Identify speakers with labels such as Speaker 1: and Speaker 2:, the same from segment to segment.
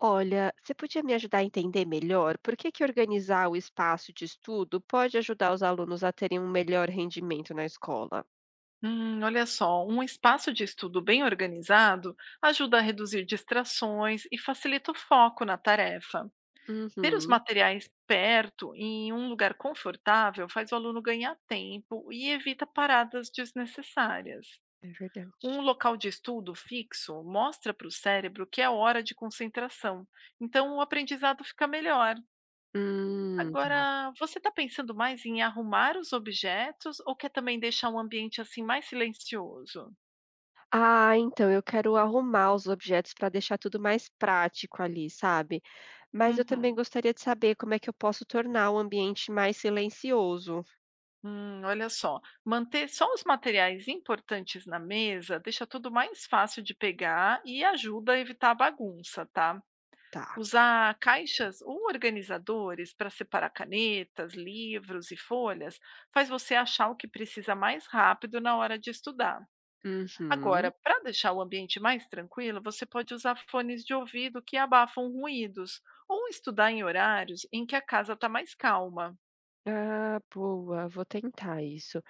Speaker 1: Olha, você podia me ajudar a entender melhor por que que organizar o espaço de estudo pode ajudar os alunos a terem um melhor rendimento na escola?
Speaker 2: Um espaço de estudo bem organizado ajuda a reduzir distrações e facilita o foco na tarefa. Ter os
Speaker 1: Uhum.
Speaker 2: materiais perto e em um lugar confortável faz o aluno ganhar tempo e evita paradas desnecessárias.
Speaker 1: É verdade.
Speaker 2: Um local de estudo fixo mostra para o cérebro que é hora de concentração, então o aprendizado fica melhor.
Speaker 1: Tá.
Speaker 2: Agora, você está pensando mais em arrumar os objetos ou quer também deixar um ambiente assim mais silencioso?
Speaker 1: Ah, então eu quero arrumar os objetos para deixar tudo mais prático ali, sabe? Mas eu também
Speaker 2: Uhum.
Speaker 1: gostaria de saber como é que eu posso tornar o ambiente mais silencioso.
Speaker 2: Manter só os materiais importantes na mesa deixa tudo mais fácil de pegar e ajuda a evitar a bagunça, tá?
Speaker 1: Tá.
Speaker 2: Usar caixas ou organizadores para separar canetas, livros e folhas faz você achar o que precisa mais rápido na hora de estudar.
Speaker 1: Uhum.
Speaker 2: Agora, para deixar o ambiente mais tranquilo, você pode usar fones de ouvido que abafam ruídos ou estudar em horários em que a casa está mais calma.
Speaker 1: Ah, boa, vou tentar isso.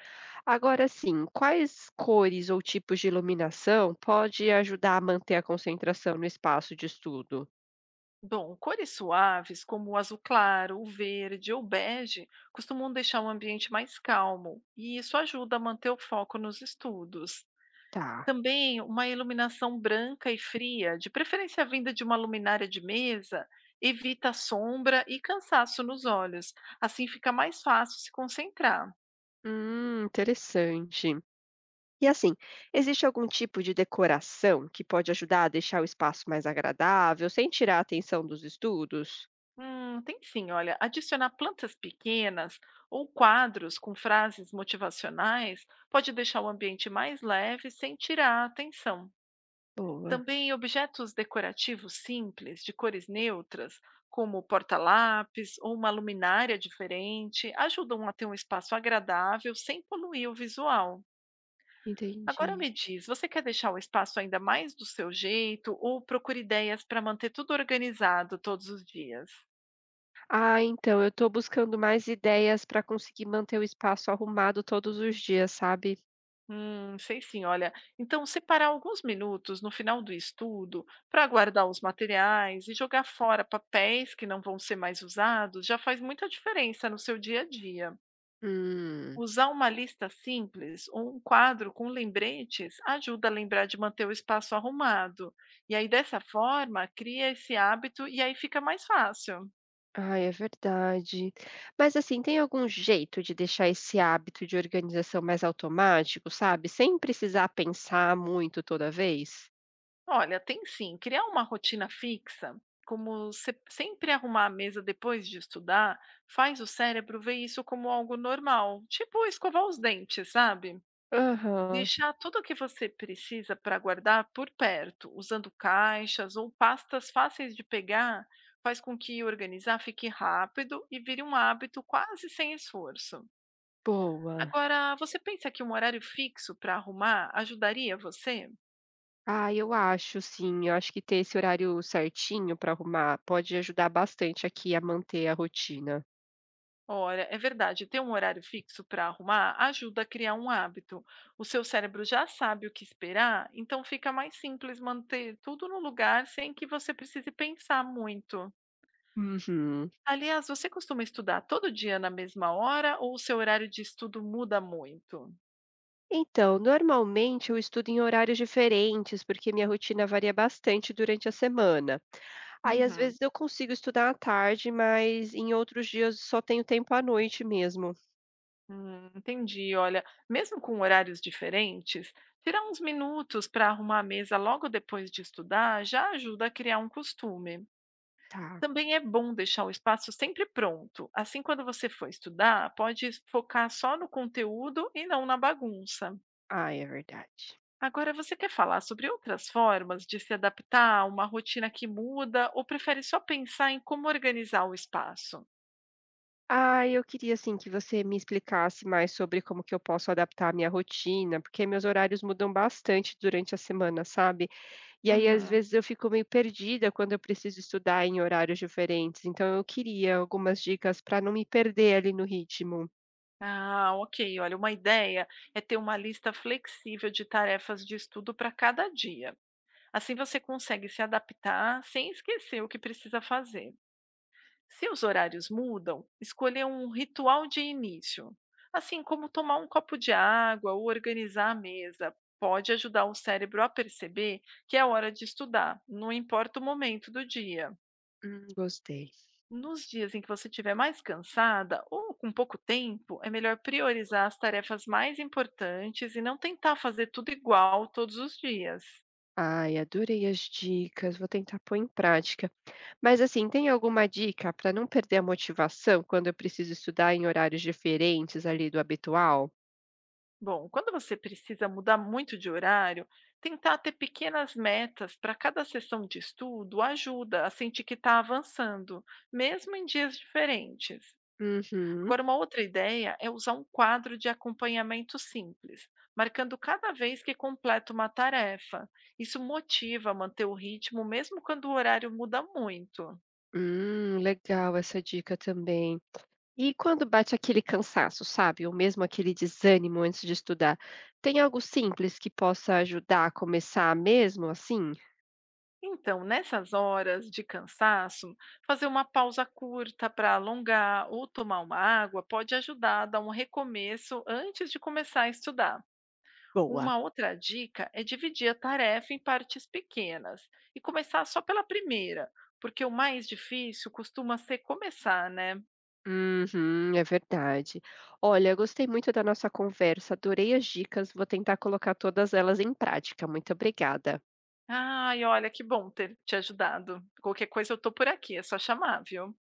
Speaker 1: Agora sim, quais cores ou tipos de iluminação pode ajudar a manter a concentração no espaço de estudo?
Speaker 2: Bom, cores suaves, como o azul claro, o verde ou bege, costumam deixar o ambiente mais calmo, e isso ajuda a manter o foco nos estudos.
Speaker 1: Tá.
Speaker 2: Também, uma iluminação branca e fria, de preferência vinda de uma luminária de mesa, evita sombra e cansaço nos olhos. Assim fica mais fácil se concentrar.
Speaker 1: Interessante. E assim, existe algum tipo de decoração que pode ajudar a deixar o espaço mais agradável, sem tirar a atenção dos estudos?
Speaker 2: Tem sim, olha, adicionar plantas pequenas ou quadros com frases motivacionais pode deixar o ambiente mais leve sem tirar a atenção.
Speaker 1: Boa,
Speaker 2: Também objetos decorativos simples, de cores neutras, como porta-lápis ou uma luminária diferente, ajudam a ter um espaço agradável sem poluir o visual. Agora
Speaker 1: entendi.
Speaker 2: me diz, você quer deixar o espaço ainda mais do seu jeito ou procura ideias para manter tudo organizado todos os dias?
Speaker 1: Ah, então, eu estou buscando mais ideias para conseguir manter o espaço arrumado todos os dias, sabe?
Speaker 2: Sei sim, olha. Então, separar alguns minutos no final do estudo para guardar os materiais e jogar fora papéis que não vão ser mais usados já faz muita diferença no seu dia a dia.
Speaker 1: Hum.
Speaker 2: Usar uma lista simples ou um quadro com lembretes ajuda a lembrar de manter o espaço arrumado. E aí, dessa forma, cria esse hábito e aí fica mais fácil.
Speaker 1: Ai, é verdade. Mas assim, tem algum jeito de deixar esse hábito de organização mais automático, sabe? Sem precisar pensar muito toda vez?
Speaker 2: Olha, tem sim. Criar uma rotina fixa, como se- sempre arrumar a mesa depois de estudar, faz o cérebro ver isso como algo normal, tipo escovar os dentes, sabe?
Speaker 1: Aham,
Speaker 2: Deixar tudo o que você precisa para guardar por perto, usando caixas ou pastas fáceis de pegar, faz com que organizar fique rápido e vire um hábito quase sem esforço.
Speaker 1: boa.
Speaker 2: Agora, você pensa que um horário fixo para arrumar ajudaria você?
Speaker 1: Ah, eu acho sim. Eu acho que ter esse horário certinho para arrumar pode ajudar bastante aqui a manter a rotina.
Speaker 2: Olha, é verdade, ter um horário fixo para arrumar ajuda a criar um hábito. O seu cérebro já sabe o que esperar, então fica mais simples manter tudo no lugar sem que você precise pensar muito.
Speaker 1: Uhum.
Speaker 2: Aliás, você costuma estudar todo dia na mesma hora ou o seu horário de estudo muda muito?
Speaker 1: Então, normalmente eu estudo em horários diferentes, porque minha rotina varia bastante durante a semana. Aí, às
Speaker 2: Uhum,
Speaker 1: vezes, eu consigo estudar à tarde, mas em outros dias só tenho tempo à noite mesmo.
Speaker 2: entendi. Olha, mesmo com horários diferentes, tirar uns minutos para arrumar a mesa logo depois de estudar já ajuda a criar um costume.
Speaker 1: Tá.
Speaker 2: Também é bom deixar o espaço sempre pronto. Assim, quando você for estudar, pode focar só no conteúdo e não na bagunça.
Speaker 1: Ah, é verdade.
Speaker 2: Agora, você quer falar sobre outras formas de se adaptar a uma rotina que muda ou prefere só pensar em como organizar o espaço?
Speaker 1: Ah, eu queria, assim, que você me explicasse mais sobre como que eu posso adaptar a minha rotina, porque meus horários mudam bastante durante a semana, sabe? E aí, às
Speaker 2: Uhum.
Speaker 1: vezes, eu fico meio perdida quando eu preciso estudar em horários diferentes. Então, eu queria algumas dicas para não me perder ali no ritmo.
Speaker 2: Ah, ok. Olha, uma ideia é ter uma lista flexível de tarefas de estudo para cada dia. Assim você consegue se adaptar sem esquecer o que precisa fazer. Se os horários mudam, escolher um ritual de início, assim como tomar um copo de água ou organizar a mesa, pode ajudar o cérebro a perceber que é hora de estudar, não importa o momento do dia.
Speaker 1: Gostei.
Speaker 2: Nos dias em que você estiver mais cansada ou com pouco tempo, é melhor priorizar as tarefas mais importantes e não tentar fazer tudo igual todos os dias.
Speaker 1: Ai, adorei as dicas. Vou tentar pôr em prática. Mas assim, tem alguma dica para não perder a motivação quando eu preciso estudar em horários diferentes ali do habitual?
Speaker 2: Bom, quando você precisa mudar muito de horário, tentar ter pequenas metas para cada sessão de estudo ajuda a sentir que está avançando, mesmo em dias diferentes.
Speaker 1: Uhum.
Speaker 2: Agora, uma outra ideia é usar um quadro de acompanhamento simples, marcando cada vez que completa uma tarefa. Isso motiva a manter o ritmo, mesmo quando o horário muda muito.
Speaker 1: Legal essa dica também. E quando bate aquele cansaço, sabe? Ou mesmo aquele desânimo antes de estudar, tem algo simples que possa ajudar a começar mesmo assim?
Speaker 2: Então, nessas horas de cansaço, fazer uma pausa curta para alongar ou tomar uma água pode ajudar a dar um recomeço antes de começar a estudar.
Speaker 1: Boa.
Speaker 2: Uma outra dica é dividir a tarefa em partes pequenas e começar só pela primeira, porque o mais difícil costuma ser começar, né?
Speaker 1: Uhum, é verdade. Olha, gostei muito da nossa conversa, adorei as dicas, vou tentar colocar todas elas em prática. Muito obrigada.
Speaker 2: Ai, olha, que bom ter te ajudado. Qualquer coisa eu tô por aqui, é só chamar, viu?